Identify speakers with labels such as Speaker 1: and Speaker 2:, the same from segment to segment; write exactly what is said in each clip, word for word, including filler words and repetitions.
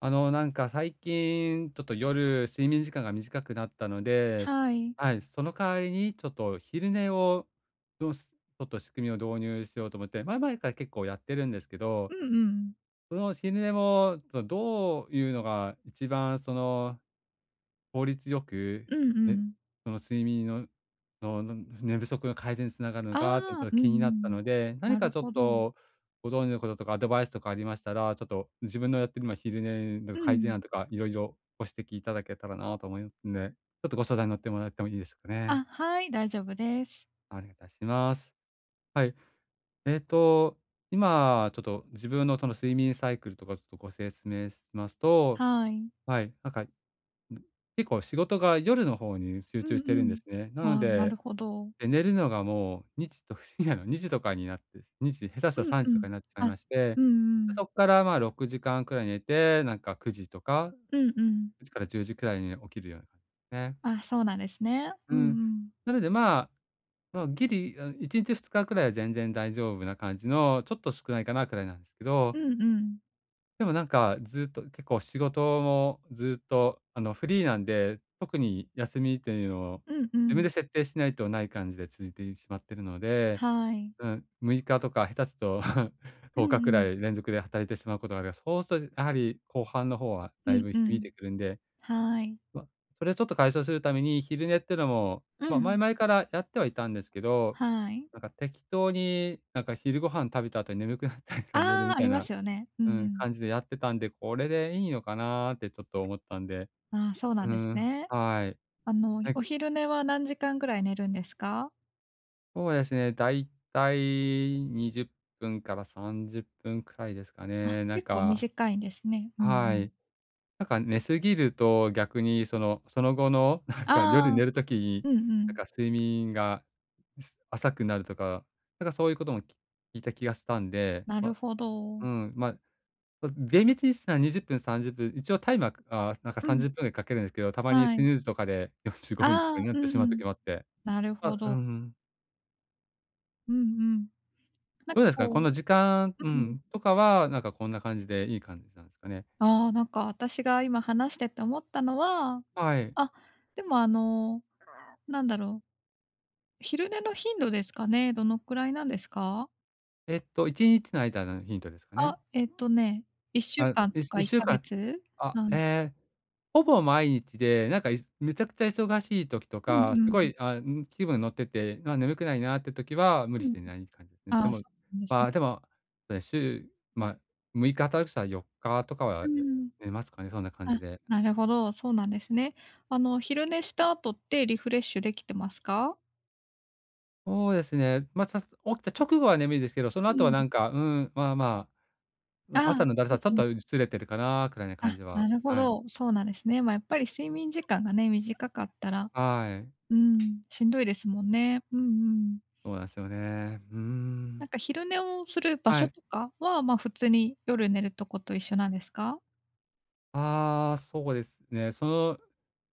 Speaker 1: あの、なんか最近、ちょっと夜、睡眠時間が短くなったので、す
Speaker 2: はい。
Speaker 1: はい、その代わりにちょっと昼寝をどうすちょっと仕組みを導入しようと思って、前々から結構やってるんですけど、
Speaker 2: うんうん。
Speaker 1: その昼寝も、そのどういうのが一番その効率よく、
Speaker 2: うんう
Speaker 1: ね、
Speaker 2: ん。
Speaker 1: その睡眠ののの寝不足の改善につながるの
Speaker 2: あ
Speaker 1: かっていう
Speaker 2: あ、
Speaker 1: のと
Speaker 2: うんう
Speaker 1: 気になった
Speaker 2: ん。
Speaker 1: ので、何
Speaker 2: な
Speaker 1: か
Speaker 2: る
Speaker 1: ちょっ
Speaker 2: ほど。
Speaker 1: とご存知のこととかアドバイスとかありましたら、ちょっと自分のやってる今昼寝
Speaker 2: う
Speaker 1: の改善
Speaker 2: ん。
Speaker 1: 案とかいろいろご指摘いただけたらなと思いますんで、ちょっとご相談に乗ってもらってもいいですかね。
Speaker 2: あ、はい、大丈夫です。
Speaker 1: お願いいたします。はい。えっと、今ちょっと自分のその睡眠サイクルとかちょっとご説明しますと、
Speaker 2: はい。
Speaker 1: はい、なんか結構仕事が夜の方に集
Speaker 2: う
Speaker 1: 中
Speaker 2: ん
Speaker 1: して
Speaker 2: う
Speaker 1: るんで
Speaker 2: ん。
Speaker 1: すね。なの
Speaker 2: あ、なる
Speaker 1: で、
Speaker 2: ほど。
Speaker 1: で、寝るのがもうにじと深夜のに 時とかになって、にじ、下手したら
Speaker 2: うん
Speaker 1: 3
Speaker 2: う
Speaker 1: 時と
Speaker 2: ん。
Speaker 1: かになってしまい
Speaker 2: あ、
Speaker 1: まして、
Speaker 2: うんう
Speaker 1: で、
Speaker 2: ん。
Speaker 1: そこからまあろくじかんくらい寝て、なんかくじとか、
Speaker 2: うんうん。
Speaker 1: くじからじゅうじくらいに起きるような感じですね。
Speaker 2: あ、そうなんですね。う
Speaker 1: う
Speaker 2: ん
Speaker 1: ん。
Speaker 2: うん。
Speaker 1: なので、まあ、まあ、ギリ、あいちにちふつかくらいは全然大丈夫な感じの、ちょっと少ないかなくらいなんですけ
Speaker 2: う
Speaker 1: ど、
Speaker 2: んうん。
Speaker 1: でもなんか、ずっと結構仕事もずっと、あの、フリーなんで、特に休みっていうのを
Speaker 2: うんう
Speaker 1: 自分
Speaker 2: ん。
Speaker 1: で設定しないとない感じで続いてしまってるので、
Speaker 2: はい。
Speaker 1: うん、ろくにちとか下手すると
Speaker 2: うん
Speaker 1: とおかく
Speaker 2: う
Speaker 1: ら
Speaker 2: ん。
Speaker 1: い連続で働いてしまうことがある。そうするとやはり後半の方は
Speaker 2: う
Speaker 1: だい
Speaker 2: ん
Speaker 1: ぶ
Speaker 2: う
Speaker 1: 響い
Speaker 2: ん。
Speaker 1: てくるんで、
Speaker 2: はい。
Speaker 1: ま、それをちょっと解消するために昼寝っていうのも、
Speaker 2: う
Speaker 1: まあ、前
Speaker 2: ん。
Speaker 1: 々からやってはいたんですけど、
Speaker 2: はい。
Speaker 1: なんか適当に、なんか昼ご飯食べた後に眠くなったりとか寝る
Speaker 2: あ
Speaker 1: み
Speaker 2: あ、あ
Speaker 1: たい
Speaker 2: りま
Speaker 1: な、
Speaker 2: すよね。うん
Speaker 1: う
Speaker 2: う
Speaker 1: ん、
Speaker 2: ん。
Speaker 1: 感じでやってたんで、これでいいのかなってちょっと思ったんで。
Speaker 2: ああ、そうなん
Speaker 1: う
Speaker 2: です
Speaker 1: ん、
Speaker 2: ね。
Speaker 1: はい。
Speaker 2: あの、
Speaker 1: はい、
Speaker 2: お昼寝は何時間ぐらい寝るんですか？
Speaker 1: そうですね、だいたいにじゅっぷんからさんじゅっぷんくらいですか
Speaker 2: あ、
Speaker 1: ね。なん
Speaker 2: 結構
Speaker 1: か、
Speaker 2: 短いんですね。うんう
Speaker 1: は
Speaker 2: ん。
Speaker 1: い。なんか寝すぎると逆にその、その後のなん
Speaker 2: あ
Speaker 1: か夜寝
Speaker 2: あ、
Speaker 1: る時に、
Speaker 2: うんう
Speaker 1: なん
Speaker 2: ん。
Speaker 1: か睡眠が、す浅くなるとか、なんかそういうことも聞いた気がしたんで、
Speaker 2: なる
Speaker 1: ま
Speaker 2: ほど。
Speaker 1: うん、まま厳密にじゅっぷんさにじゅっぷん、さんじゅっぷん、一応タイマー、ああ、なんか
Speaker 2: うん、
Speaker 1: さんじゅっぷんぐらいかけるんですけど、たまに
Speaker 2: は
Speaker 1: ス
Speaker 2: い。
Speaker 1: ヌーズとかでよんじゅうごふんとか
Speaker 2: ああ、
Speaker 1: になっ
Speaker 2: う
Speaker 1: て
Speaker 2: ん
Speaker 1: しま
Speaker 2: う
Speaker 1: う
Speaker 2: ん。
Speaker 1: 時もあって。
Speaker 2: なるほ
Speaker 1: あ、う
Speaker 2: ど。
Speaker 1: ん。
Speaker 2: うんうん。なん
Speaker 1: ど
Speaker 2: か
Speaker 1: うですかね、
Speaker 2: こ
Speaker 1: こ
Speaker 2: う、
Speaker 1: の時間、う
Speaker 2: うん。
Speaker 1: ん、とかは、なんかこんな感じでいい感じなんですかね。
Speaker 2: ああ、なんか私が今話してて思ったのは、
Speaker 1: はい。
Speaker 2: あ、でもあの、なんだろう、昼寝の頻度ですかね、どのくらいなんですか？
Speaker 1: えっと、いちにちの間のヒントですかね。
Speaker 2: あ、えっとね、1週
Speaker 1: あ、い
Speaker 2: 間とか
Speaker 1: 1
Speaker 2: 1
Speaker 1: 週
Speaker 2: ヶ
Speaker 1: 間
Speaker 2: 月？
Speaker 1: あ、
Speaker 2: な
Speaker 1: え
Speaker 2: ん
Speaker 1: え、ほぼ毎日で、なんか、いめちゃくちゃ忙しい時と
Speaker 2: う
Speaker 1: か、
Speaker 2: んう
Speaker 1: すご
Speaker 2: ん。
Speaker 1: い、あ、ん、気分乗ってて、あ、眠くないなって時は無理
Speaker 2: う
Speaker 1: し
Speaker 2: ん。
Speaker 1: てない感じですね。
Speaker 2: あ
Speaker 1: で
Speaker 2: あ、
Speaker 1: も、
Speaker 2: そうなんです
Speaker 1: ま
Speaker 2: ね。
Speaker 1: あ、でも、そうです週、まあ、ろくにち働くとしたらよっかとか
Speaker 2: う
Speaker 1: は、や
Speaker 2: ん。
Speaker 1: 寝ますかね、そんな感じ
Speaker 2: あ、
Speaker 1: で。
Speaker 2: なるほど、そうなんですね。あの、昼寝した後ってリフレッシュできてますか？
Speaker 1: そうですね、まあ、さ起きた直後は眠いですけど、その
Speaker 2: う
Speaker 1: 後は
Speaker 2: ん。
Speaker 1: なんか、うん、まあま
Speaker 2: あ
Speaker 1: あ、
Speaker 2: あ、う
Speaker 1: 朝
Speaker 2: ん
Speaker 1: のだるさちょ
Speaker 2: う
Speaker 1: っと
Speaker 2: ん。
Speaker 1: ずれてるかなくらいな感
Speaker 2: あ、
Speaker 1: じは、
Speaker 2: なるほ
Speaker 1: はい。
Speaker 2: ど、そうなんですね。まあ、やっぱり睡眠時間がね、短かったら、
Speaker 1: はい、
Speaker 2: うん、しんどいですもんね。うんうん。
Speaker 1: そうなんですよね。うー
Speaker 2: なん
Speaker 1: ん。
Speaker 2: か昼寝をする場
Speaker 1: は
Speaker 2: 所
Speaker 1: い。
Speaker 2: とかは、まあ、普通に夜寝るとこと一緒なんですか？
Speaker 1: ああ、そうですね。その、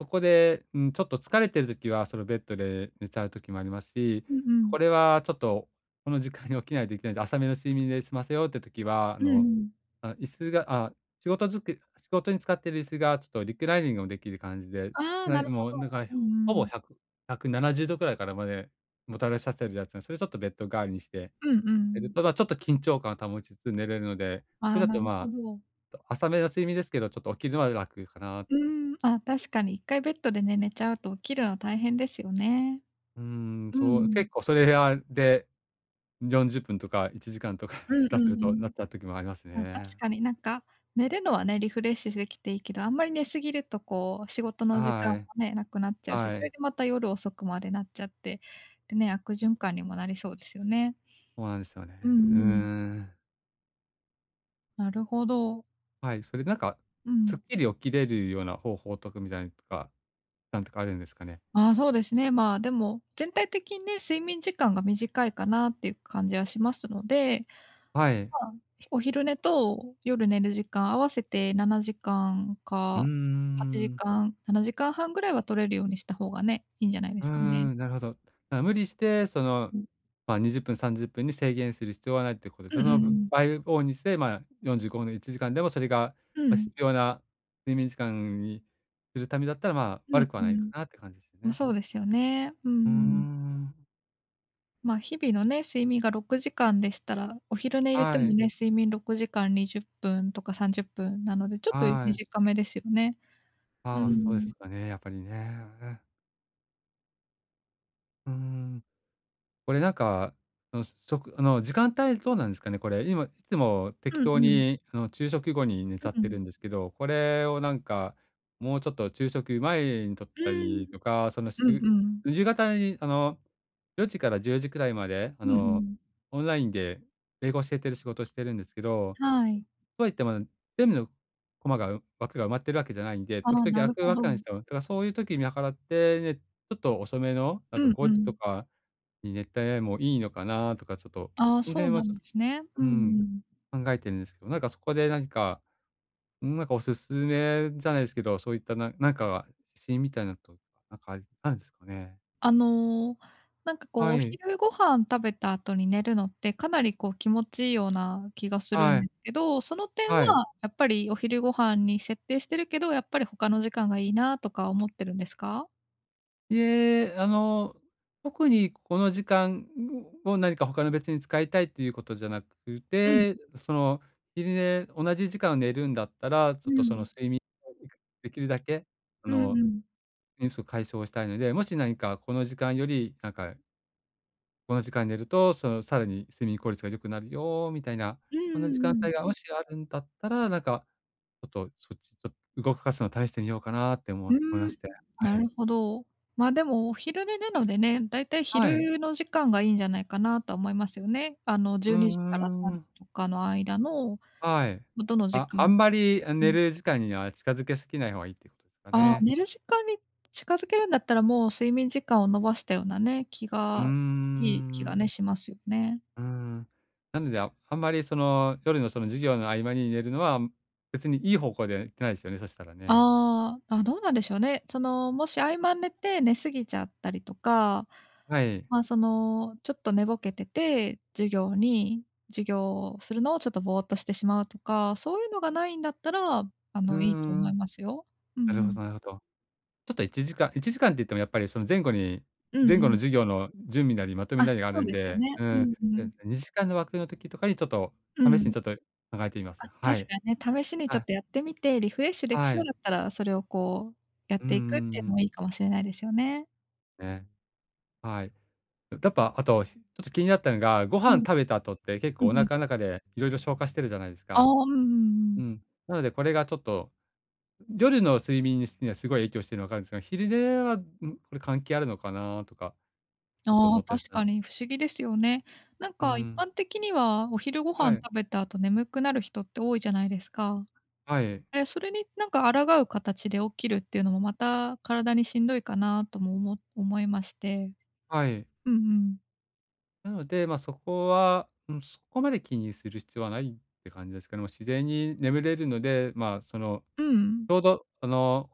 Speaker 1: そこで、うん、ちょっと疲れてる時は、そのベッドで寝ちゃう時もありますし、
Speaker 2: うんうん。
Speaker 1: これはちょっと、この時間に起きないといけないんで、浅めの睡眠で済ませようって時は、あ
Speaker 2: うんう
Speaker 1: の、
Speaker 2: ん。
Speaker 1: あ、椅子が、あ、仕事づく仕事に使ってる椅子がちょっとリクライニングもできる感じで、
Speaker 2: ああ、な
Speaker 1: な
Speaker 2: るほ
Speaker 1: もう
Speaker 2: ど。
Speaker 1: なんか、
Speaker 2: うん
Speaker 1: ほ
Speaker 2: う
Speaker 1: ぼ
Speaker 2: ん。
Speaker 1: ひゃく、ひゃくななじゅうどくななじゅうどくらいからまでもたれさせるやつなんで、それちょっとベッド代わりにして、
Speaker 2: うんう
Speaker 1: える
Speaker 2: ん。
Speaker 1: と、ま、ちょっと緊張感を保ちつつ寝れるので、
Speaker 2: あ
Speaker 1: それ
Speaker 2: あ、
Speaker 1: だ
Speaker 2: な
Speaker 1: と
Speaker 2: る
Speaker 1: ま
Speaker 2: ほ
Speaker 1: あ
Speaker 2: ど。
Speaker 1: 浅めの睡眠ですけど、ちょっと起きるのは楽かなっ
Speaker 2: う
Speaker 1: て感じ。
Speaker 2: ーん、あ、確かにいっかいベッドでね、寝ちゃうと起きるの大変ですよね。
Speaker 1: うーん、
Speaker 2: う
Speaker 1: そう、
Speaker 2: ん。
Speaker 1: 結構それあでよんじゅっぷんとかいちじかんとか
Speaker 2: うんう
Speaker 1: 下手する
Speaker 2: んう
Speaker 1: とな
Speaker 2: ん。
Speaker 1: った時もあります
Speaker 2: あ、確
Speaker 1: ね。
Speaker 2: かになんか、寝るのはね、リフレッシュできていいけど、あんまり寝過ぎるとこう、仕事の時
Speaker 1: は
Speaker 2: 間も
Speaker 1: い、
Speaker 2: ね、なくなっちゃうし、
Speaker 1: は
Speaker 2: それ
Speaker 1: い、
Speaker 2: でまた夜遅くまでなっちゃって、でね、悪循環にもなりそうですよね。
Speaker 1: そうなんですよね。
Speaker 2: うんう
Speaker 1: うー
Speaker 2: ん。
Speaker 1: ん。
Speaker 2: なるほど。
Speaker 1: はい、それなんか、
Speaker 2: う
Speaker 1: すっ
Speaker 2: ん。
Speaker 1: きり起きれるような方法とかみたいなとか、なんとかあるんですかね？
Speaker 2: ああ、そうですね。まあ、でも、全体的にね、睡眠時間が短いかなっていう感じはしますので、
Speaker 1: はい。
Speaker 2: まあ、お昼寝と夜寝る時間合わせてななじかん
Speaker 1: うー
Speaker 2: か8
Speaker 1: ん。
Speaker 2: 時間、ななじかんはんぐらいは取れるようにした方がね、いいんじゃないで
Speaker 1: うー
Speaker 2: すかね。
Speaker 1: ん、なるほど。あ、無理して、その、
Speaker 2: うん。
Speaker 1: まあ、にじゅっぷん、さんじゅっぷんに制限する必要はないってことです、
Speaker 2: うん
Speaker 1: そ
Speaker 2: うんう
Speaker 1: のう
Speaker 2: ん。
Speaker 1: 倍をにして、まあ、よんじゅうごふんのいちじかんでもそれが、
Speaker 2: う
Speaker 1: ま、必
Speaker 2: ん。
Speaker 1: 要な睡眠時間にするためだったら、まあ、
Speaker 2: う
Speaker 1: 悪
Speaker 2: ん
Speaker 1: くは
Speaker 2: う
Speaker 1: ないか
Speaker 2: ん。
Speaker 1: なって感じですよ
Speaker 2: ま、
Speaker 1: ね。
Speaker 2: そうですよね。うん
Speaker 1: うー
Speaker 2: うん。
Speaker 1: ん。
Speaker 2: ま、日々のね、睡眠がろくじかんでしたら、お昼寝入れて
Speaker 1: は
Speaker 2: も
Speaker 1: い。
Speaker 2: ね、睡眠ろくじかんにじゅっぷんとかさんじゅっぷんなので、ちょっと
Speaker 1: はい。
Speaker 2: 短めですよね。う
Speaker 1: ああ、そうで
Speaker 2: ん。
Speaker 1: すかね、やっぱりね。うん。これなんか、あの、食あの、時間帯どうなんですかね、これ。今いつも
Speaker 2: う
Speaker 1: 適
Speaker 2: ん
Speaker 1: 当
Speaker 2: うん。
Speaker 1: に、あの、昼食後に寝ちゃっ
Speaker 2: う
Speaker 1: て
Speaker 2: ん。
Speaker 1: るんですけど、これをなんか、もうちょっと昼食前に摂っ
Speaker 2: う
Speaker 1: た
Speaker 2: ーん。
Speaker 1: りとか、その、し
Speaker 2: うん
Speaker 1: ゅ
Speaker 2: うん。
Speaker 1: 夕方に、あの、よじからじゅうじくらいまで、あ
Speaker 2: うんう
Speaker 1: の、
Speaker 2: ん。
Speaker 1: オンラインで英語教えてる仕事してるんですけど、
Speaker 2: はい。
Speaker 1: とはいっても全部のコマが、枠が埋まってるわけじゃないんで、
Speaker 2: あ
Speaker 1: 時
Speaker 2: あ、
Speaker 1: 々
Speaker 2: な
Speaker 1: 空
Speaker 2: る
Speaker 1: く
Speaker 2: ほ
Speaker 1: わ
Speaker 2: ど。
Speaker 1: けなんですよ。だからそういう時見計らって、ね、ちょっと遅めの、なん
Speaker 2: う
Speaker 1: か
Speaker 2: んう
Speaker 1: ごじと
Speaker 2: ん。
Speaker 1: かに熱帯 a もいいのかなとか、ちょっと、
Speaker 2: ああ、
Speaker 1: その
Speaker 2: そう
Speaker 1: 辺は
Speaker 2: な
Speaker 1: ち
Speaker 2: ん
Speaker 1: ょっ
Speaker 2: ですね。
Speaker 1: と、
Speaker 2: う
Speaker 1: う
Speaker 2: んう
Speaker 1: ん、
Speaker 2: ん。
Speaker 1: 考えてるんですけど、なんかそこで何か、ん、なんかおすすめじゃないですけど、そういったななんか指針みたいなと、なんかありあるんですかね？
Speaker 2: あの、なんかこう、
Speaker 1: は
Speaker 2: お
Speaker 1: い、
Speaker 2: 昼ご飯食べた後に寝るのって、かなりこう気持ちいいような気がするん
Speaker 1: は
Speaker 2: で
Speaker 1: い、
Speaker 2: すけど、その点は
Speaker 1: はい。
Speaker 2: やっぱりお昼ご飯に設定してるけど、やっぱり他の時間がいいなとか思ってるんですか？
Speaker 1: いえ、あの、特にこの時間を何か他の別に使いたいっていうことじゃなく
Speaker 2: うん、
Speaker 1: て、その、昼寝同じ時間を寝るんだったら、ち
Speaker 2: う
Speaker 1: ょっとその
Speaker 2: ん。
Speaker 1: 睡眠をできるだけ、あ
Speaker 2: うん
Speaker 1: の
Speaker 2: うん。
Speaker 1: うん、そう、解消したいので、もし何かこの時間より、なんか、この時間に寝ると、その、さらに睡眠効率が良くなるよみたいな、
Speaker 2: うんう
Speaker 1: こんな時
Speaker 2: んう
Speaker 1: 間
Speaker 2: ん。
Speaker 1: 帯がもしあるんだったら、なんか、ちょっとそっち、ちょっと動かすの試してみようかなって思
Speaker 2: うー
Speaker 1: 思いま
Speaker 2: ん、
Speaker 1: して。は
Speaker 2: なる
Speaker 1: い。
Speaker 2: ほど。まあ、でもお昼寝なのでね、だいたい
Speaker 1: はい。
Speaker 2: 昼の時間がいいんじゃないかなとは思いますよね。あの、
Speaker 1: う
Speaker 2: じゅうにじから
Speaker 1: ん
Speaker 2: さんじ
Speaker 1: ん。
Speaker 2: とかの間の
Speaker 1: はい。
Speaker 2: どの時
Speaker 1: あ、あん
Speaker 2: 間、
Speaker 1: まり、あ、
Speaker 2: う
Speaker 1: 寝
Speaker 2: ん。
Speaker 1: る時間には近づけすぎない方がいいってことですか
Speaker 2: ああ、
Speaker 1: ね。
Speaker 2: 寝る時間に近づけるんだったら、もう睡眠時間を延ばしたようなね、気
Speaker 1: うー
Speaker 2: がいい気が
Speaker 1: ん。
Speaker 2: ね、しますよね。
Speaker 1: うーん。なので、ああんまりその、夜のその授業の合間に寝るのは、別にいい方向でいってないですよね、そしたらね。
Speaker 2: ああ、あ、どうなんでしょうね。その、もし合間寝て寝過ぎちゃったりとか、
Speaker 1: はい。
Speaker 2: まあ、その、ちょっと寝ぼけてて、授業に授業をするのをちょっとぼーっとしてしまうとか、そういうのがないんだったら、あ
Speaker 1: うー
Speaker 2: の、いいと思い
Speaker 1: ん。
Speaker 2: ますよ。うんう
Speaker 1: なるほ
Speaker 2: ん。
Speaker 1: どなるほど。ちょっといちじかんいちじかんって言ってもやっぱりその前後に
Speaker 2: うん
Speaker 1: 前
Speaker 2: う
Speaker 1: 後の
Speaker 2: ん。
Speaker 1: 授業の準備なりまとめ
Speaker 2: あ、
Speaker 1: なりがあ
Speaker 2: そ
Speaker 1: る
Speaker 2: う
Speaker 1: ん
Speaker 2: ですよ
Speaker 1: で、
Speaker 2: ね。
Speaker 1: う
Speaker 2: う
Speaker 1: ん。
Speaker 2: んうん。
Speaker 1: うにじかんの枠の時とかにちょっと
Speaker 2: う
Speaker 1: 試しに
Speaker 2: ん。
Speaker 1: ちょっと考えてみます。
Speaker 2: あ、
Speaker 1: は
Speaker 2: 確
Speaker 1: い。
Speaker 2: かにね、試しにち
Speaker 1: は
Speaker 2: ょ
Speaker 1: い。
Speaker 2: っとやってみて、リフレッシュでき
Speaker 1: は
Speaker 2: そう
Speaker 1: い。
Speaker 2: だったら、それをこう、やっ
Speaker 1: うんう
Speaker 2: ていくっ
Speaker 1: ん
Speaker 2: て
Speaker 1: う
Speaker 2: いうのもい
Speaker 1: ん。
Speaker 2: いかもしれないですよね。
Speaker 1: ね、はい。やっぱあと、ちょっと気になったのが、ご
Speaker 2: うん。
Speaker 1: 飯食べた後って結
Speaker 2: う
Speaker 1: 構お
Speaker 2: んうん。
Speaker 1: 腹ん中でいろいろ消化してるじゃないです
Speaker 2: ああ、
Speaker 1: か。
Speaker 2: うんうんうん。
Speaker 1: うん。なのでこれがちょっと、夜の睡眠にすにはすごい影響してるのわかるんですが、昼寝は、ん、これ関係あるのかなとかちょっと
Speaker 2: あ
Speaker 1: 思
Speaker 2: あ、
Speaker 1: ったりし
Speaker 2: 確
Speaker 1: たん、
Speaker 2: かに不思議ですよね。なん
Speaker 1: う
Speaker 2: か一
Speaker 1: ん。
Speaker 2: 般的には、お昼ご飯
Speaker 1: はい、
Speaker 2: 食べた後眠くなる人って多いじゃないですか。
Speaker 1: はい、
Speaker 2: え、それになんか抗う形で起きるっていうのも、また体にしんどいかなともおも思いまして。
Speaker 1: はい。
Speaker 2: うんうん。
Speaker 1: なので、まあ、そこは、うん、そこまで気にする必要はないって感じですかね。もう自然に眠れるので、まあ、その、
Speaker 2: うんうん。
Speaker 1: ちょうど、あの、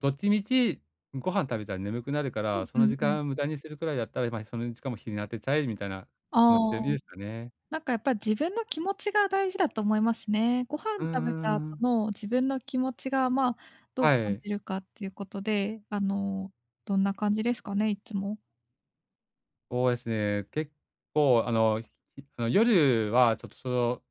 Speaker 1: どっちみちご飯食べたら眠くなるか
Speaker 2: う
Speaker 1: ら、
Speaker 2: ん
Speaker 1: そ
Speaker 2: う
Speaker 1: の
Speaker 2: ん
Speaker 1: 時
Speaker 2: うん。
Speaker 1: 間無駄にするくらいだったら、まあ、その時間も日に当てちゃえみたいな気持ちでい
Speaker 2: あ
Speaker 1: い
Speaker 2: あ。
Speaker 1: ですかね。
Speaker 2: なんかやっぱり自分の気持ちが大事だと思いますね。ご
Speaker 1: う
Speaker 2: 飯
Speaker 1: ん
Speaker 2: 食べた後
Speaker 1: ん。
Speaker 2: の自分の気持ちが、まあ、どう
Speaker 1: は
Speaker 2: 感
Speaker 1: い。
Speaker 2: じるかっていうことで、あの、どんな感じですかね、いつも。
Speaker 1: そうですね、結構、あの、ひあの、夜はちょっとその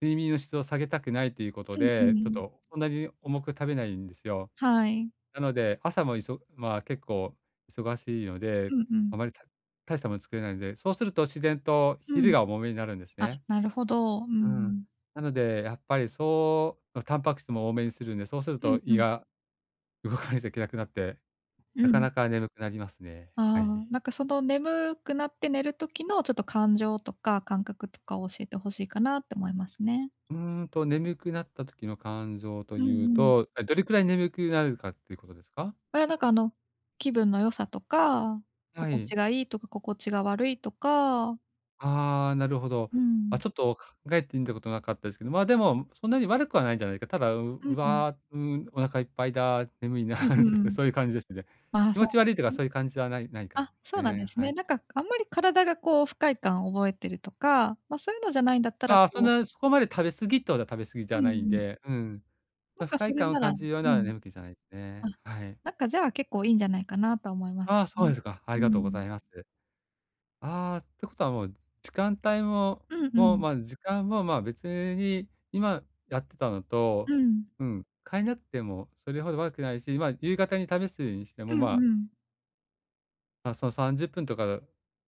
Speaker 1: 睡眠の質を下げたくないということ
Speaker 2: うんう
Speaker 1: で、ちょっ
Speaker 2: ん。
Speaker 1: とそんなに重く食べないんですよ。
Speaker 2: はい。
Speaker 1: なので、朝もいそまあ、結構忙しいので、
Speaker 2: うんうん。
Speaker 1: あまりた大したもの作れないので、そうすると自然と
Speaker 2: う
Speaker 1: 昼
Speaker 2: ん。
Speaker 1: が重めになるんです
Speaker 2: あ、
Speaker 1: ね。
Speaker 2: なるほど。うんう
Speaker 1: うん。
Speaker 2: ん。
Speaker 1: なので、やっぱりそうまタンパク質も多めにするんで、そうする
Speaker 2: うん
Speaker 1: と
Speaker 2: う
Speaker 1: 胃
Speaker 2: ん。
Speaker 1: が動かないといけなくなって、なかなか眠くなりますね。は
Speaker 2: ああ、
Speaker 1: い。
Speaker 2: なんかその眠くなって寝る時のちょっと感情とか感覚とかを教えてほしいかなって思いますね。
Speaker 1: うーんと、眠くなった時の感情と
Speaker 2: うん
Speaker 1: いう
Speaker 2: うん。
Speaker 1: と、え、どれくらい眠くなるかっていうことですか？
Speaker 2: まあ、なんか、あの、気分の良さとか、
Speaker 1: は
Speaker 2: 心
Speaker 1: い。
Speaker 2: 地がいいとか、心地が悪いとか、
Speaker 1: ああ、なるほど。
Speaker 2: う
Speaker 1: あ、
Speaker 2: ん。
Speaker 1: ちょっと考えてみたことなかったですけど、まあ、でも、そんなに悪くはないんじゃないか。ただ、う
Speaker 2: うん
Speaker 1: う
Speaker 2: うん。
Speaker 1: わ、うーん、お腹いっぱいだ、眠いな、
Speaker 2: うん
Speaker 1: っ
Speaker 2: うんう
Speaker 1: て
Speaker 2: ん。
Speaker 1: そういう感じですね。
Speaker 2: まあ、
Speaker 1: 気
Speaker 2: そ
Speaker 1: 持
Speaker 2: う
Speaker 1: ち
Speaker 2: なん
Speaker 1: 悪
Speaker 2: で
Speaker 1: いと
Speaker 2: す
Speaker 1: か
Speaker 2: ね。
Speaker 1: そういう感じはないないからで
Speaker 2: あ、そ
Speaker 1: す
Speaker 2: うなんで
Speaker 1: ね。
Speaker 2: す
Speaker 1: は
Speaker 2: ね。
Speaker 1: い。
Speaker 2: なんか、あんまり体が、こう、不快感を覚えてるとか、ま、そういうのじゃないんだったら、
Speaker 1: ああ、そん
Speaker 2: こう、
Speaker 1: な、そこまで食べ過ぎってほどは食べ過ぎじ
Speaker 2: うん
Speaker 1: ゃ
Speaker 2: う
Speaker 1: ないん
Speaker 2: ん。
Speaker 1: で、うん。
Speaker 2: な
Speaker 1: ま
Speaker 2: ん
Speaker 1: 不
Speaker 2: か、そ
Speaker 1: 快
Speaker 2: れ
Speaker 1: 感を
Speaker 2: なら、
Speaker 1: 感じるよう
Speaker 2: う
Speaker 1: な
Speaker 2: ん。
Speaker 1: 眠気じゃないです
Speaker 2: あ、
Speaker 1: ね。はい。
Speaker 2: なんか、じゃあ、結構いいんじゃないかなと思います
Speaker 1: ああ、そう
Speaker 2: ね。
Speaker 1: ですか。あ
Speaker 2: う
Speaker 1: りがとうご
Speaker 2: ん。
Speaker 1: ざいます。ああ、ってことはもう、時間帯も
Speaker 2: うんう
Speaker 1: もう、
Speaker 2: ん。
Speaker 1: まあ、時間も、まあ、別に今やってたの
Speaker 2: う
Speaker 1: と、
Speaker 2: ん。
Speaker 1: うん、変えなくてもそれほど悪くないし、まあ、夕方に試すにして
Speaker 2: う
Speaker 1: も、
Speaker 2: ん
Speaker 1: ま
Speaker 2: うん。
Speaker 1: あ、あ、そのさんじゅっぷんとか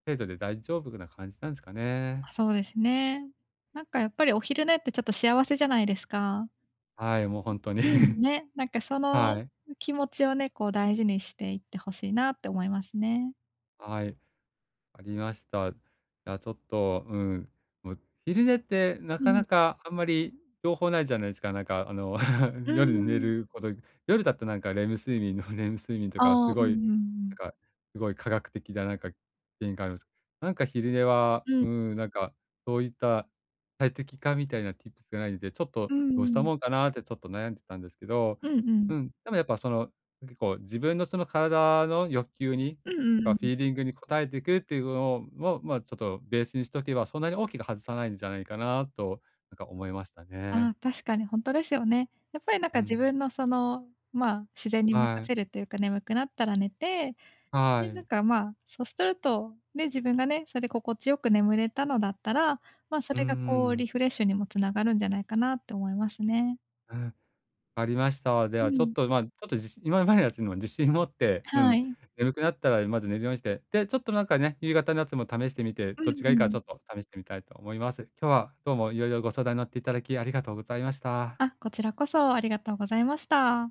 Speaker 1: 程度で大丈夫な感じなんですかね。
Speaker 2: ま、そうですね。なんか、やっぱりお昼寝ってちょっと幸せじゃないですか。
Speaker 1: はい、もう本当に。
Speaker 2: うん、ね、なんかそ の
Speaker 1: はい。
Speaker 2: 気持ちをね、こう大事にしていってほしいなって思いますね。
Speaker 1: はい。ありました。いや、ちょっと、うん、もう昼寝ってな
Speaker 2: う
Speaker 1: か
Speaker 2: ん。
Speaker 1: なかあんまり情報ないじゃないですか。なんかあの、
Speaker 2: う ー
Speaker 1: 夜に寝
Speaker 2: ん。
Speaker 1: ること、夜だとなんかレム睡眠の レム睡眠とか
Speaker 2: あ
Speaker 1: す
Speaker 2: あ、うんう
Speaker 1: ごい、
Speaker 2: んうん。
Speaker 1: なんかすごい科学的ななんか見解ありますなんか昼寝は、
Speaker 2: うん。
Speaker 1: うん、なんかそういった最適化みたいな tips がないので、ちょっ
Speaker 2: う
Speaker 1: と
Speaker 2: んう
Speaker 1: どうした
Speaker 2: ん。
Speaker 1: もんかなってちょっと悩んでたんですけど、
Speaker 2: うんうん。
Speaker 1: うん、でもやっぱその、結構自分のその体の欲求に
Speaker 2: うんうん
Speaker 1: かフ
Speaker 2: う
Speaker 1: ィー
Speaker 2: ん。
Speaker 1: リングに応えていくっていうのを、まあちょっとベースにしとけば、そんなに大きく外さないんじゃないかなと、なんか思いました
Speaker 2: あ
Speaker 1: ね。
Speaker 2: あ、確かにほんとですよね。やっぱりなん
Speaker 1: う
Speaker 2: か自
Speaker 1: ん。
Speaker 2: 分のその、まあ、自然に任
Speaker 1: は
Speaker 2: せ
Speaker 1: い。
Speaker 2: るというか、眠くなったら寝て、
Speaker 1: は
Speaker 2: で、なん
Speaker 1: い。
Speaker 2: か、まあ、そうすると、ね、自分がね、それで心地よく眠れたのだったら、まあ、そ
Speaker 1: う
Speaker 2: れがこう
Speaker 1: ん。
Speaker 2: リフレッシュにも繋がるんじゃないかなって思いますね。
Speaker 1: うん。ありました。で
Speaker 2: う
Speaker 1: はちょっ
Speaker 2: ん。
Speaker 1: と、まあ、ちょっと自信今までのやつにも自信持って、う
Speaker 2: は
Speaker 1: ん、
Speaker 2: い。
Speaker 1: 眠くなったらまず寝るようにして、で、ちょっとなんかね、夕方のやつも試してみて、
Speaker 2: う
Speaker 1: どっ
Speaker 2: ん
Speaker 1: ちが
Speaker 2: う
Speaker 1: いいかち
Speaker 2: ん。
Speaker 1: ょっと試してみたいと思います。今日はどうもいろいろご相談に乗っていただきありがとうございました。
Speaker 2: あ、こちらこそありがとうございました。